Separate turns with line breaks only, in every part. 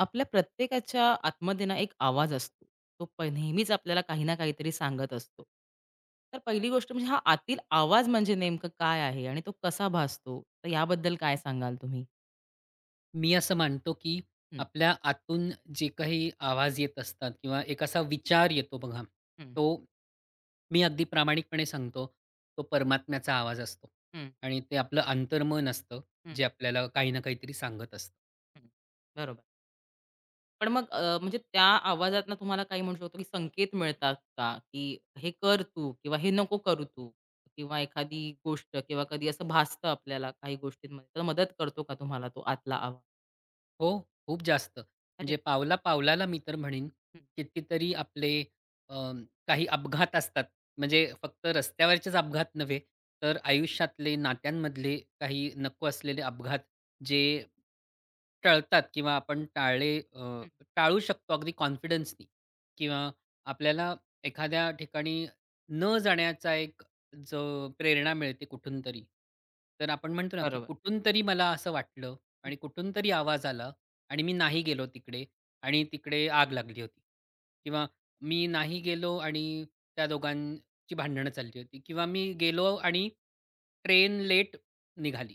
आपल्या प्रत्येकाच्या आतमध्ये ना एक आवाज असतो. तो नेहमीच आपल्याला काही ना काहीतरी सांगत असतो. तर पहिली गोष्ट म्हणजे हा आतील आवाज म्हणजे नेमकं काय आहे आणि तो कसा भासतो? तर याबद्दल काय सांगाल तुम्ही?
मी असं मानतो, की
हं,
आपल्या आतून जे काही आवाज येत असतात किंवा एक असा विचार येतो बघा,
हं,
तो मी अगदी प्रामाणिकपणे सांगतो, तो परमात्म्याचा आवाज असतो
हं,
आणि ते आपलं अंतर्मन असतं,
हं,
जे आपल्याला काही ना काहीतरी सांगत असतं.
हं. बरोबर. पण मग म्हणजे त्या आवाजातनं तुम्हाला काही म्हणू शकतो, की संकेत मिळतात का? की हे कर तू किंवा हे नको करू तू किंवा एखादी गोष्ट किंवा कधी असं भासतं आपल्याला काही गोष्टींमध्ये. तर मदत करतो का तुम्हाला तो आतला आवाज?
हो, खूप जास्त.
अरे
म्हणजे
वाह!
पावला-पावलाला मी तर म्हणेन,
हं,
कितीतरी आपले अ, काही अपघात असतात. म्हणजे फक्त रस्त्यावरचेच अपघात नव्हे, तर आयुष्यातले, नात्यांमधले काही नको असलेले अपघात जे टळतात किंवा आपण
हं.
टाळू शकतो अगदी कॉन्फिडन्सनी किंवा आपल्याला एखाद्या ठिकाणी न जाण्याचा एक जो प्रेरणा मिळते कुठूनतरी. तर आपण म्हणतो ना, की
बरोबर.
कुठूनतरी मला असं वाटलं आणि कुठूनतरी आवाज आला आणि मी नाही गेलो तिकडे आणि तिकडे आग लागली होती किंवा मी नाही गेलो आणि त्या दोघांची भांडणं चालली होती किंवा मी गेलो आणि ट्रेन लेट निघाली.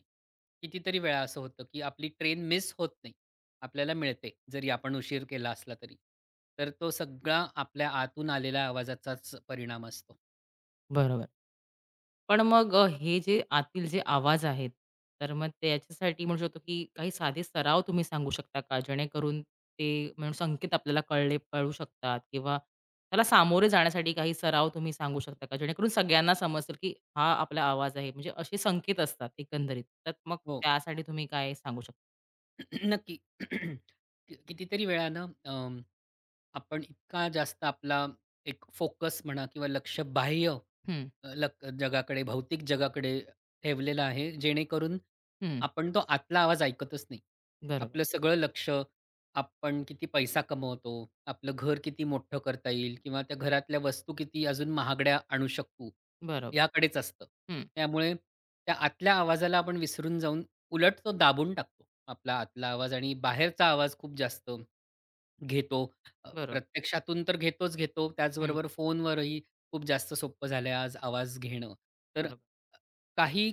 कितीतरी वेळा असं होतं, की आपली ट्रेन मिस होत नाही. आपल्याला मिळते, जरी आपण उशीर केला असला तरी. तर तो सगळा आपल्या आतून आलेल्या आवाजाचाच परिणाम असतो.
बरोबर. पण मग हे जे आतील जे आवाज आहेत, तर मग त्याच्यासाठी म्हणू शकतो, की काही साधे सराव तुम्ही सांगू शकता का? जेणेकरून ते म्हणून संकेत आपल्याला कळू शकतात किंवा त्याला सामोरे जाण्यासाठी काही सराव तुम्ही सांगू शकता का? जेणेकरून सगळ्यांना समजेल, की हा आपला आवाज आहे. म्हणजे असे संकेत असतात एकंदरीत. तर मग
हो,
त्यासाठी तुम्ही काय सांगू शकता?
नक्की. कितीतरी वेळा ना आपण इतका जास्त आपला एक फोकस म्हणा किंवा लक्ष बाह्य,
हं,
अ, लक जगाकडे, भौतिक जगाकडे ठेवलेलं आहे, जेणेकरून
हं.
आपण तो आतला आवाज ऐकतच नाही.
बरोबर,
आपलं सगळं लक्ष आपण किती पैसा कमवतो, आपलं घर किती मोठं करता येईल किंवा त्या घरातल्या वस्तू किती अजून महागड्या आणू शकू,
बरोबर.
याकडेच असतं.
हं,
त्यामुळे त्या आतल्या आवाजाला आपण विसरून जाऊन उलट तो दाबून टाकतो, आपला आतला आवाज आणि बाहेरचा आवाज खूप जास्त घेतो.
बरोबर.
प्रत्यक्षातून तर घेतोच घेतो.
हं,
त्याचबरोबर फोनवरही खूप जास्त सोपं झालंय आज आवाज घेणं. तर अ,
बरोबर.
काही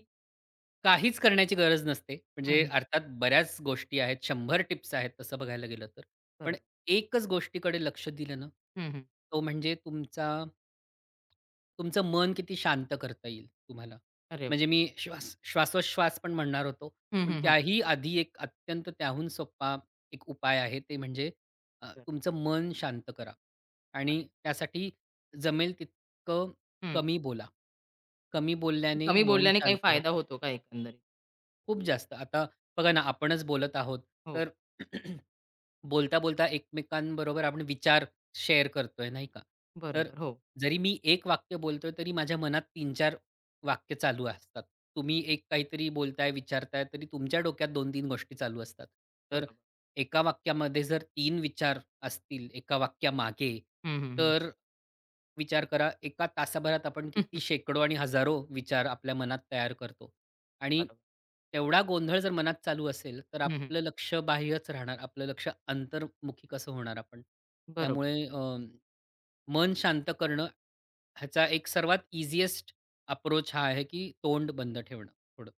काहीच करण्याची गरज नसते.
हं,
म्हणजे
हं.
अर्थात बऱ्याच गोष्टी आहेत. 100 टिप्स आहेत तसं बघायला गेलं तर. पण
बरोबर.
एकच गोष्टीकडे लक्ष दिलं ना,
हं, हं.
तो म्हणजे तुमचं मन किती शांत करता येईल तुम्हाला.
अरे वाह!
म्हणजे मी श्वासोश्वास पण म्हणणार होतो.
हं,
पण
हं, हं.
त्याही आधी एक अत्यंत त्याहून सोपा एक उपाय आहे. ते म्हणजे
बरं.
तुमचं मन शांत करा आणि
अरे वाह!
त्यासाठी जमेल तितकं
हं.
कमी बोला. कमी बोलल्याने
कमी
मन
बोलल्याने काही
शांत
फायदा
होतं.
होतो का एकंदरीत?
खूप जास्त. आता बघा ना, आपणच बोलत आहोत
हो,
तर बोलता-बोलता एकमेकांबरोबर आपण विचार शेअर करतोय, नाही का? तर
बरोबर. हो,
जरी मी 1 वाक्य बोलतोय, तरी माझ्या मनात 3-4 वाक्य चालू असतात. तुम्ही एक काहीतरी बोलताय, विचारताय, तरी तुमच्या डोक्यात 2-3 गोष्टी चालू असतात. तर
बरोबर.
एका वाक्यामध्ये जर 3 विचार असतील एका वाक्यामागे,
हं, हं, हं.
तर विचार करा, एका तासाभरात आपण किती शेकडो आणि हजारो विचार आपल्या मनात तयार करतो. आणि
बरोबर.
तेवढा गोंधळ जर मनात चालू असेल, तर
हं, हं.
आपलं लक्ष बाह्यच राहणार. आपलं लक्ष अंतर्मुखी कसं होणार आपण?
बरोबर.
त्यामुळे मन शांत करणं ह्याचा एक सर्वात ईझीएस्ट अप्रोच हा आहे, की तोंड बंद ठेवणं थोडं.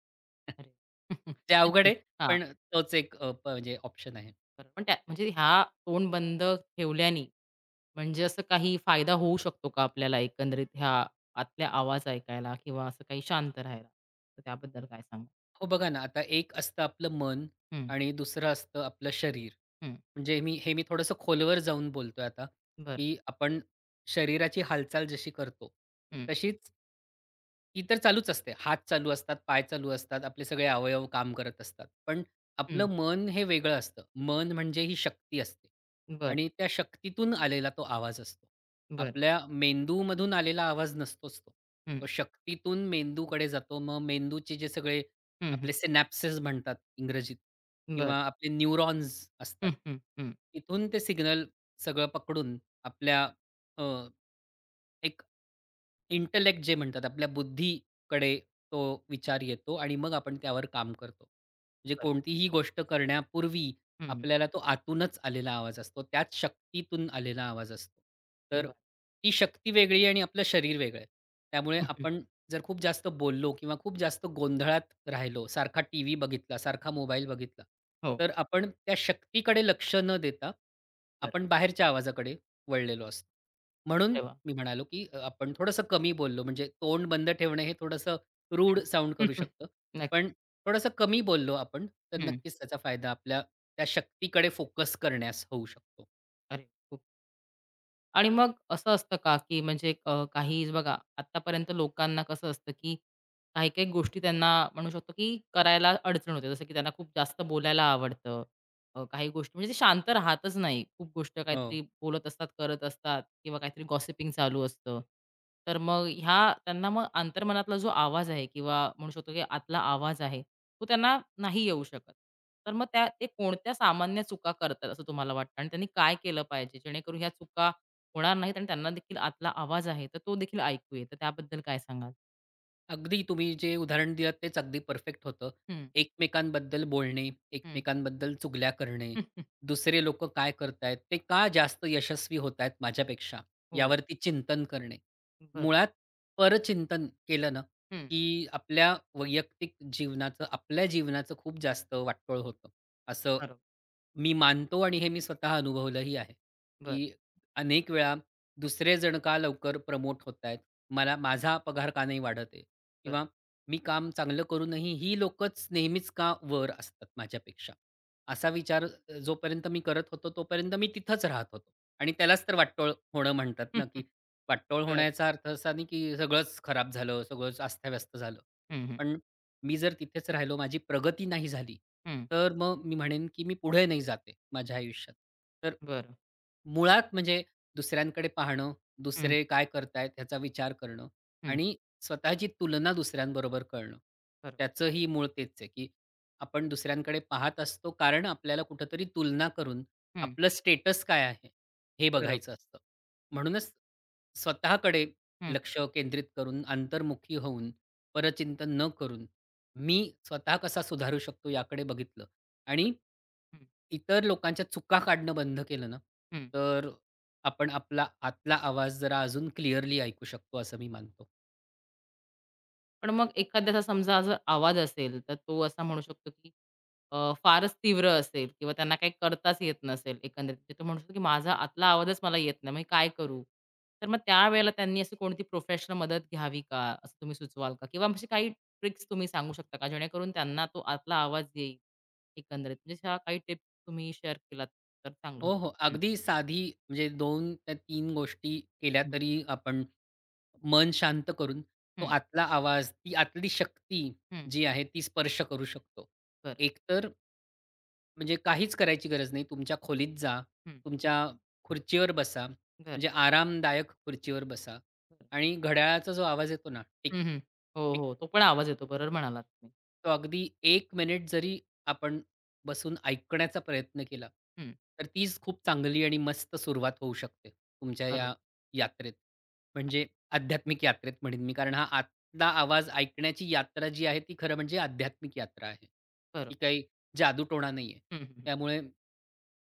अरे!
ते अवघड
नक्कीच.
आहे,
हां,
पण तोच एक अ, प म्हणजे ऑप्शन आहे.
बरोबर. पण त्या म्हणजे ह्या तोंड बंद ठेवल्याने म्हणजे असं काही फायदा होऊ शकतो का आपल्याला एकंदरीत ह्या आतल्या आवाज ऐकायला किंवा असं काही शांत राहायला? तर त्याबद्दल काय सांगाल?
हो बघा ना, आता एक असतं आपलं मन
हं,
आणि दुसरं असतं आपलं शरीर.
हं.
म्हणजे मी हे थोडंसं खोलवर जाऊन बोलतोय आता,
बरं.
की आपण शरीराची हालचाल जशी करतो,
हं,
तशीच ती तर चालूच असते. हात चालू असतात, पाय चालू असतात, आपले सगळे अवयव काम करत असतात. पण आपलं
हं.
मन हे वेगळं असतं. मन म्हणजे ही शक्ती असते
बरं,
आणि त्या शक्तीतून आलेला तो आवाज असतो.
बरं.
आपल्या मेंदूमधून आलेला आवाज नसतोच तो.
हं,
तो शक्तीतून मेंदूकडे जातो. मग मेंदूचे जे सगळे
हं, हं.
आपले सिनॅप्सेस म्हणतात इंग्रजीत
बरं.
किंवा आपले न्यूरॉन्स
हं,
असतात.
हं, हं.
तिथून ते सिग्नल सगळं पकडून आपल्या अ, एक इंटलेक्ट जे म्हणतात, आपल्या बुद्धीकडे तो विचार येतो आणि मग आपण त्यावर काम करतो. म्हणजे
बरं.
कोणतीही गोष्ट करण्यापूर्वी
हं, बरं.
आपल्याला तो आतूनच आलेला आवाज असतो. त्याच शक्तीतून आलेला आवाज असतो. तर ती शक्ती वेगळी आणि आपलं शरीर वेगळं आहे. त्यामुळे
हं, हं.
आपण जर खूप जास्त बोललो किंवा खूप जास्त गोंधळात राहिलो, सारखा टीव्ही बघितला, सारखा मोबाईल बघितला,
हो,
तर आपण त्या शक्तीकडे लक्ष न देता
बरं.
आपण बाहेरच्या आवाजाकडे वळलेलो असतो. म्हणून
अरे वाह!
मी म्हणालो, की आपण थोडंसं कमी बोललो म्हणजे तोंड बंद ठेवणे हे थोडंसं रूड
हं.
साउंड करू शकतं. पण
नक्की.
थोडंसं कमी बोललो आपण, तर
हं.
नक्कीच त्याचा फायदा आपल्या त्या शक्तीकडे फोकस करण्यास होऊ शकतो.
अरे खूप आणि मग असं असतं का, की म्हणजे काही बघा आत्तापर्यंत लोकांना कसं असतं, की काही-काही गोष्टी त्यांना म्हणू शकतो, की करायला अडचण होते. जसं की त्यांना खूप जास्त बोलायला आवडतं. काही गोष्टी म्हणजे ते शांत राहतच नाही. खूप गोष्ट
हो.
काहीतरी बोलत असतात, करत असतात किंवा काहीतरी गॉसिपिंग चालू असतं. तर मग ह्या त्यांना मग अंतर्मनातला जो आवाज आहे किंवा म्हणू शकतो, की आतला आवाज आहे, तो त्यांना नाही येऊ शकत. तर मग त्या ते कोणत्या सामान्य चुका करतात असं तुम्हाला वाटतं आणि त्यांनी काय केलं पाहिजे जेणेकरून ह्या चुका होणार नाहीत आणि त्यांना देखील आतला आवाज आहे, तर तो देखील ऐकू येईल. तर त्याबद्दल काय सांगाल?
अगदी तुम्ही जे उदाहरण दिलत तेच अगदी परफेक्ट होतं.
हं,
एकमेकांबद्दल बोलणे,
हं.
एकमेकांबद्दल चुगल्या करणे, दुसरे लोक काय करतायत, ते का जास्त यशस्वी होतायत माझ्यापेक्षा
हो,
यावरती चिंतन करणे.
बरं.
मुळात परचिंतन केलं ना,
हं.
की आपल्या वैयक्तिक जीवनाचं, आपल्या जीवनाचं खूप जास्त वाटोळ होतं, असं
बरोबर.
मी मानतो आणि हे मी स्वतः अनुभवलंही आहे,
बरं.
की अनेक वेळा
हं,
दुसरे जण का लवकर प्रमोट होतायत? मला माझा पगार का नाही वाढत आहे?
बरं.
किंवा मी काम चांगलं करूनही ही लोकच नेहमीच का वर असतात माझ्यापेक्षा? असा विचार जोपर्यंत मी करत होतो, तोपर्यंत मी तिथंच राहत होतो आणि त्यालाच तर वाटोळ होणं म्हणतात ना, की वाटोळ
बरं.
होण्याचा अर्थ असा नाही, की सगळंच खराब झालं, सगळंच अस्ताव्यस्त झालं.
हं, हं.
पण मी जर तिथेच राहिलो, माझी प्रगती नाही झाली,
हं.
तर मग मी म्हणेन, की मी पुढे नाही जाते, आहे माझ्या आयुष्यात. तर
बरं.
मुळात म्हणजे दुसऱ्यांकडे पाहणं,
हं,
दुसरे काय करतायत ह्याचा विचार करणं
हं.
आणि स्वतःची तुलना दुसऱ्यांबरोबर करणं.
बरं.
त्याचंही मूळ तेच आहे, की आपण दुसऱ्यांकडे पाहत असतो, कारण आपल्याला कुठेतरी तुलना करून
हं.
आपलं स्टेटस काय आहे, हे
बरोबर.
बघायचं असतं. म्हणूनच स्वतःकडे
हं,
लक्ष केंद्रित करून, अंतर्मुखी होऊन, परचिंतन न करून मी स्वतः कसा सुधारू शकतो याकडे बघितलं आणि
बरं. हं,
इतर लोकांच्या चुका काढणं बंद केलं ना,
हं.
तर आपण आपला आतला आवाज जरा अजून क्लिअरली ऐकू शकतो असं मी मानतो.
पण मग एखाद्याचा समजा असा आवाज असेल, तर तो असा म्हणू शकतो की फारच तीव्र असेल किंवा त्यांना काही करताच येत नसेल एकंदरीत. ते तर म्हणू शकतो की माझा आतला आवाजच मला येत नाही, मग काय करू? तर मग त्यावेळेला त्यांनी अशी कोणती प्रोफेशनल मदत घ्यावी का? असं तुम्ही सुचवाल का? किंवा अशी काही ट्रिक्स तुम्ही सांगू शकता का? जेणेकरून त्यांना तो आतला आवाज येईल एकंदरीत. म्हणजे ह्या काही टिप्स तुम्ही शेअर केलात तर चांगलं
हो, हो.
होईल.
अगदी साधी म्हणजे 2 त्या तीन गोष्टी केल्या
हं, हं,
तरी आपण मन शांत करून तो
हं,
आतला आवाज, ती आतली शक्ती
हं.
जी आहे ती स्पर्श करू शकतो.
बरं.
एकतर म्हणजे काहीच करायची गरज नाही. तुमच्या खोलीत जा.
हं.
तुमच्या खुर्चीवर बसा.
बरं,
म्हणजे आरामदायक खुर्चीवर बसा
बरं.
आणि घड्याळाचा जो आवाज येतो ना, टिक,
हं, हं. हो,
टिक,
हो. तो पण आवाज येतो.
टिक
बरोबर म्हणालात तुम्ही.
तो अगदी एक मिनिट जरी आपण बसून ऐकण्याचा प्रयत्न केला,
हं.
तर तीच खूप चांगली आणि मस्त सुरुवात होऊ शकते तुमच्या
बरोबर,
या यात्रेत. म्हणजे आध्यात्मिक यात्रेत म्हणेन मी. कारण हा आतला आवाज ऐकण्याची यात्रा जी आहे ती खरं म्हणजे आध्यात्मिक यात्रा आहे.
बरोबर.
ती काही जादूटोणा नाहीये.
हं, हं.
त्यामुळे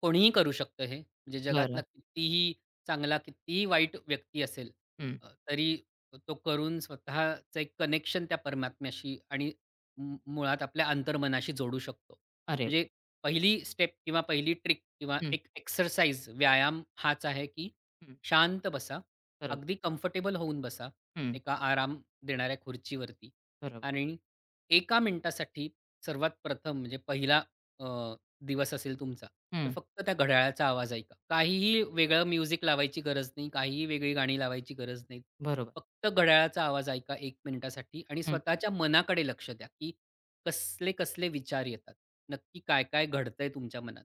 कोणीही करू शकतं हे. म्हणजे
हं.
जगातला
बरं.
कितीही चांगला, कितीही वाईट व्यक्ती असेल,
हं.
तरी तो करून स्वतःचं एक कनेक्शन त्या परमात्म्याशी आणि मुळात आपल्या अंतर्मनाशी जोडू शकतो.
अरे!
म्हणजे पहिली स्टेप किंवा पहिली ट्रिक किंवा
हं,
एक एक्सरसाइज, व्यायाम हाच आहे, की
हं.
शांत बसा.
बरोबर.
अगदी कम्फर्टेबल होऊन बसा
हं,
एका आराम देणाऱ्या खुर्चीवरती
बरोबर.
आणि एका मिनिटासाठी सर्वात प्रथम म्हणजे पहिला दिवस असेल तुमचा, तर
हं,
फक्त त्या घड्याळाचा आवाज ऐका. काहीही वेगळं म्युझिक लावायची गरज नाही. काहीही वेगळी गाणी लावायची गरज नाही.
बरोबर.
फक्त घड्याळाचा आवाज ऐका 1 मिनिटासाठी आणि
हं,
स्वतःच्या मनाकडे लक्ष द्या, की कसले-कसले विचार येतात. नक्की काय-काय घडतंय तुमच्या मनात.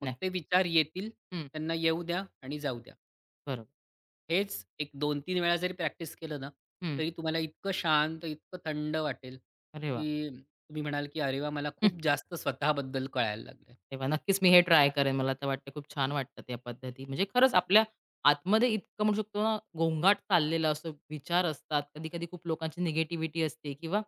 मग
नाही.
ते विचार येतील,
हं,
त्यांना येऊ द्या आणि जाऊ द्या.
बरोबर.
हेच एक 2-3 वेळा जरी प्रॅक्टिस केलं ना,
हं,
तरी तुम्हाला इतकं शांत, इतकं थंड वाटेल,
अरे वाह!
की तुम्ही म्हणाल, की "अरे वाह! मला खूप जास्त स्वतःबद्दल कळायला लागलंय."
अरे नक्कीच मी हे ट्राय करेन. मला तर वाटतं खूप छान वाटतं त्या पद्धती. म्हणजे खरंच आपल्या आतमध्ये इतकं म्हणू शकतो ना, गोंगाट चाललेला असतो, विचार असतात. कधी-कधी खूप लोकांची निगेटिव्हिटी असते किंवा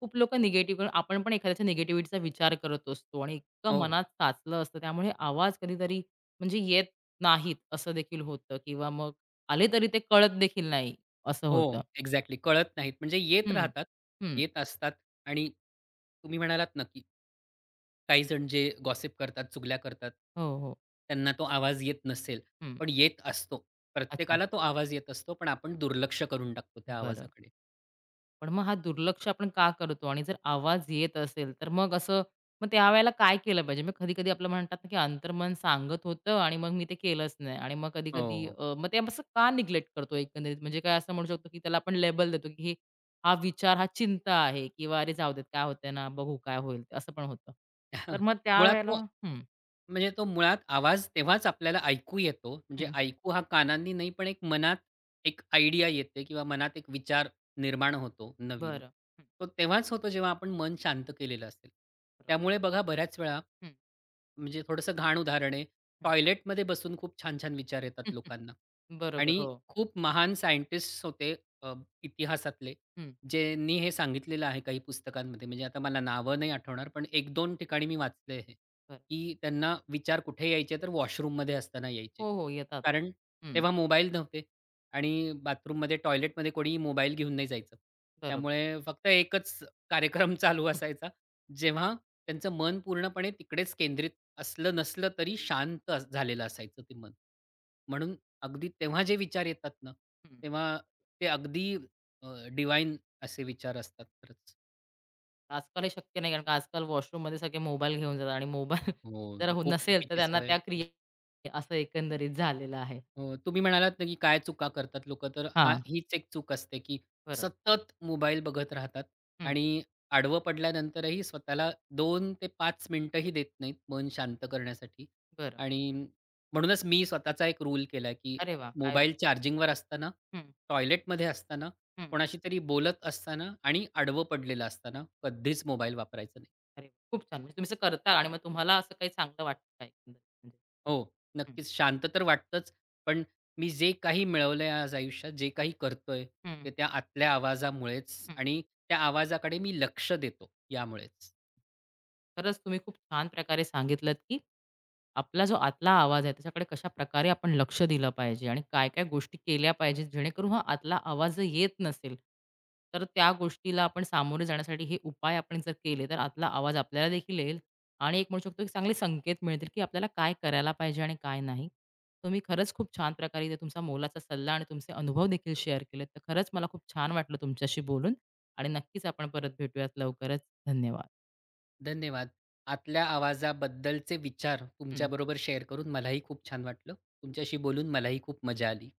खूप लोकं निगेटिव्ह आपण पण एखाद्याच्या निगेटिव्हिटीचा विचार करत असतो आणि इतकं
हो.
मनात साचलं असतं. त्यामुळे आवाज कधीतरी म्हणजे येत नाहीत असं देखील होतं किंवा मग आले तरी ते कळत देखील नाही असं
हो,
होतं.
एक्झॅक्टली. कळत नाहीत म्हणजे येत
हं,
राहतात,
हं.
येत असतात आणि तुम्ही म्हणालात ना, की काही जण जे गॉसिप करतात, चुगल्या करतात,
हो, हो.
त्यांना तो आवाज येत नसेल,
हं.
पण येत असतो.
अच्छा,
प्रत्येकाला तो आवाज येत असतो, पण आपण दुर्लक्ष करून टाकतो त्या
बरं.
आवाजाकडे.
पण मग हा दुर्लक्ष आपण का करतो? आणि जर आवाज येत असेल, तर मग असं मग त्यावेळेला काय केलं पाहिजे? मग कधी-कधी आपलं म्हणतात ना, की अंतर्मन सांगत होतं आणि मग मी ते केलंच नाही. आणि मग कधी-कधी
हो.
मग ते असं का निग्लेक्ट करतो एकंदरीत? म्हणजे काय असं म्हणू शकतो, की त्याला आपण लेबल देतो, की हे हा विचार, हा चिंता आहे किंवा "अरे जाऊ देत, काय होतंय ना, बघू काय होईल." असं पण होतं. तर मग
मुळात
त्यावेळेला
तो
हं,
म्हणजे तो मुळात आवाज तेव्हाच आपल्याला ऐकू येतो. म्हणजे
हं,
ऐकू हा कानांनी नाही, पण एक मनात एक आयडिया येते किंवा मनात एक विचार निर्माण होतो नवीन.
बरं. हं,
तो तेव्हाच होतो जेव्हा आपण मन शांत केलेलं असेल.
बरोबर.
त्यामुळे बघा बऱ्याच वेळा
हं,
म्हणजे थोडंसं घाण उदाहरण आहे.
हं.
टॉयलेटमध्ये बसून खूप छान-छान विचार येतात
हं,
लोकांना
हं, बरोबर.
आणि
हो.
खूप महान सायंटिस्ट्स होते अ, इतिहासातले,
हं,
ज्यांनी हे सांगितलेलं आहे काही पुस्तकांमध्ये. म्हणजे आता मला नावं नाही आठवणार, पण एक दोन ठिकाणी मी वाचलंय हे,
बरं.
की त्यांना विचार कुठे यायचे तर वॉशरूममध्ये असताना यायचे.
हो, हो. येतात.
कारण
हं,
तेव्हा मोबाईल नव्हते आणि बाथरूममध्ये, टॉयलेटमध्ये कोणीही मोबाईल घेऊन नाही जायचं.
बरोबर.
त्यामुळे फक्त एकच कार्यक्रम चालू
हं,
असायचा, जेव्हा त्यांचं मन पूर्णपणे तिकडेच केंद्रित नसलं तरी शांत झालेलं असायचं ते मन. म्हणून अगदी तेव्हा जे विचार येतात ना,
हं.
तेव्हा ते अगदी अ, असे विचार असतात खरंच.
आजकाल हे शक्य नाही, कारण का आजकाल वॉशरूममध्ये सगळे मोबाईल घेऊन जातात आणि मोबाईल
हो.
जर
ती
हो
खूप
नसेल, तर
चुकीची
त्यांना
सवय.
त्या क्रिया असं एकंदरीत झालेलं आहे.
हो, तुम्ही म्हणालात ना, की काय चुका करतात लोकं, तर
हां.
हीच एक चूक असते, की
बरोबर.
सतत मोबाईल बघत राहतात
हं,
आणि आडवं पडल्यानंतरही स्वतःला 2 ते 5 मिनिटंही देत नाहीत मन शांत करण्यासाठी.
बरं.
आणि म्हणूनच मी स्वतःचा एक रूल केला, की
अरे वाह! काय
मोबाईल चार्जिंगवर असताना,
हं,
टॉयलेटमध्ये असताना,
हं.
कोणाशी तरी बोलत असताना आणि आडवं पडलेलं असताना कधीच मोबाईल वापरायचा नाही.
अरे वा. खूप छान. म्हणजे तुम्ही असं करता आणि मग तुम्हाला असं काही चांगलं वाटतं का एकंदरीत म्हणजे?
हो,
हं,
नक्कीच. शांत तर वाटतंच, पण मी जे काही मिळवलंय आज आयुष्यात, जे काही करतोय,
हं, हं.
ते त्या आतल्या आवाजामुळेच आणि त्या आवाजाकडे मी लक्ष देतो यामुळेच.
खरंच तुम्ही खूप छान प्रकारे सांगितलंत, की आपला जो आतला आवाज आहे, त्याच्याकडे कशा प्रकारे आपण लक्ष दिलं पाहिजे आणि काय-काय गोष्टी केल्या पाहिजेत, जेणेकरून हा आतला आवाज जर येत नसेल, तर त्या गोष्टीला आपण सामोरे जाण्यासाठी हे उपाय आपण जर केले, तर आतला आवाज आपल्याला देखील येईल आणि एक म्हणू शकतो, की चांगले संकेत मिळतील, की आपल्याला काय करायला पाहिजे आणि काय नाही. तुम्ही खरंच खूप छान प्रकारे इथे तुमचा मोलाचा सल्ला आणि तुमचे अनुभव देखील शेअर केलेत. तर खरंच मला खूप छान वाटलं तुमच्याशी बोलून आणि नक्कीच आपण परत भेटूयात लवकरच. धन्यवाद.
धन्यवाद. आतल्या आवाजाबद्दलचे विचार
हं.
तुमच्याबरोबर शेअर करून मलाही खूप छान वाटलं. तुमच्याशी बोलून मलाही खूप मजा आली.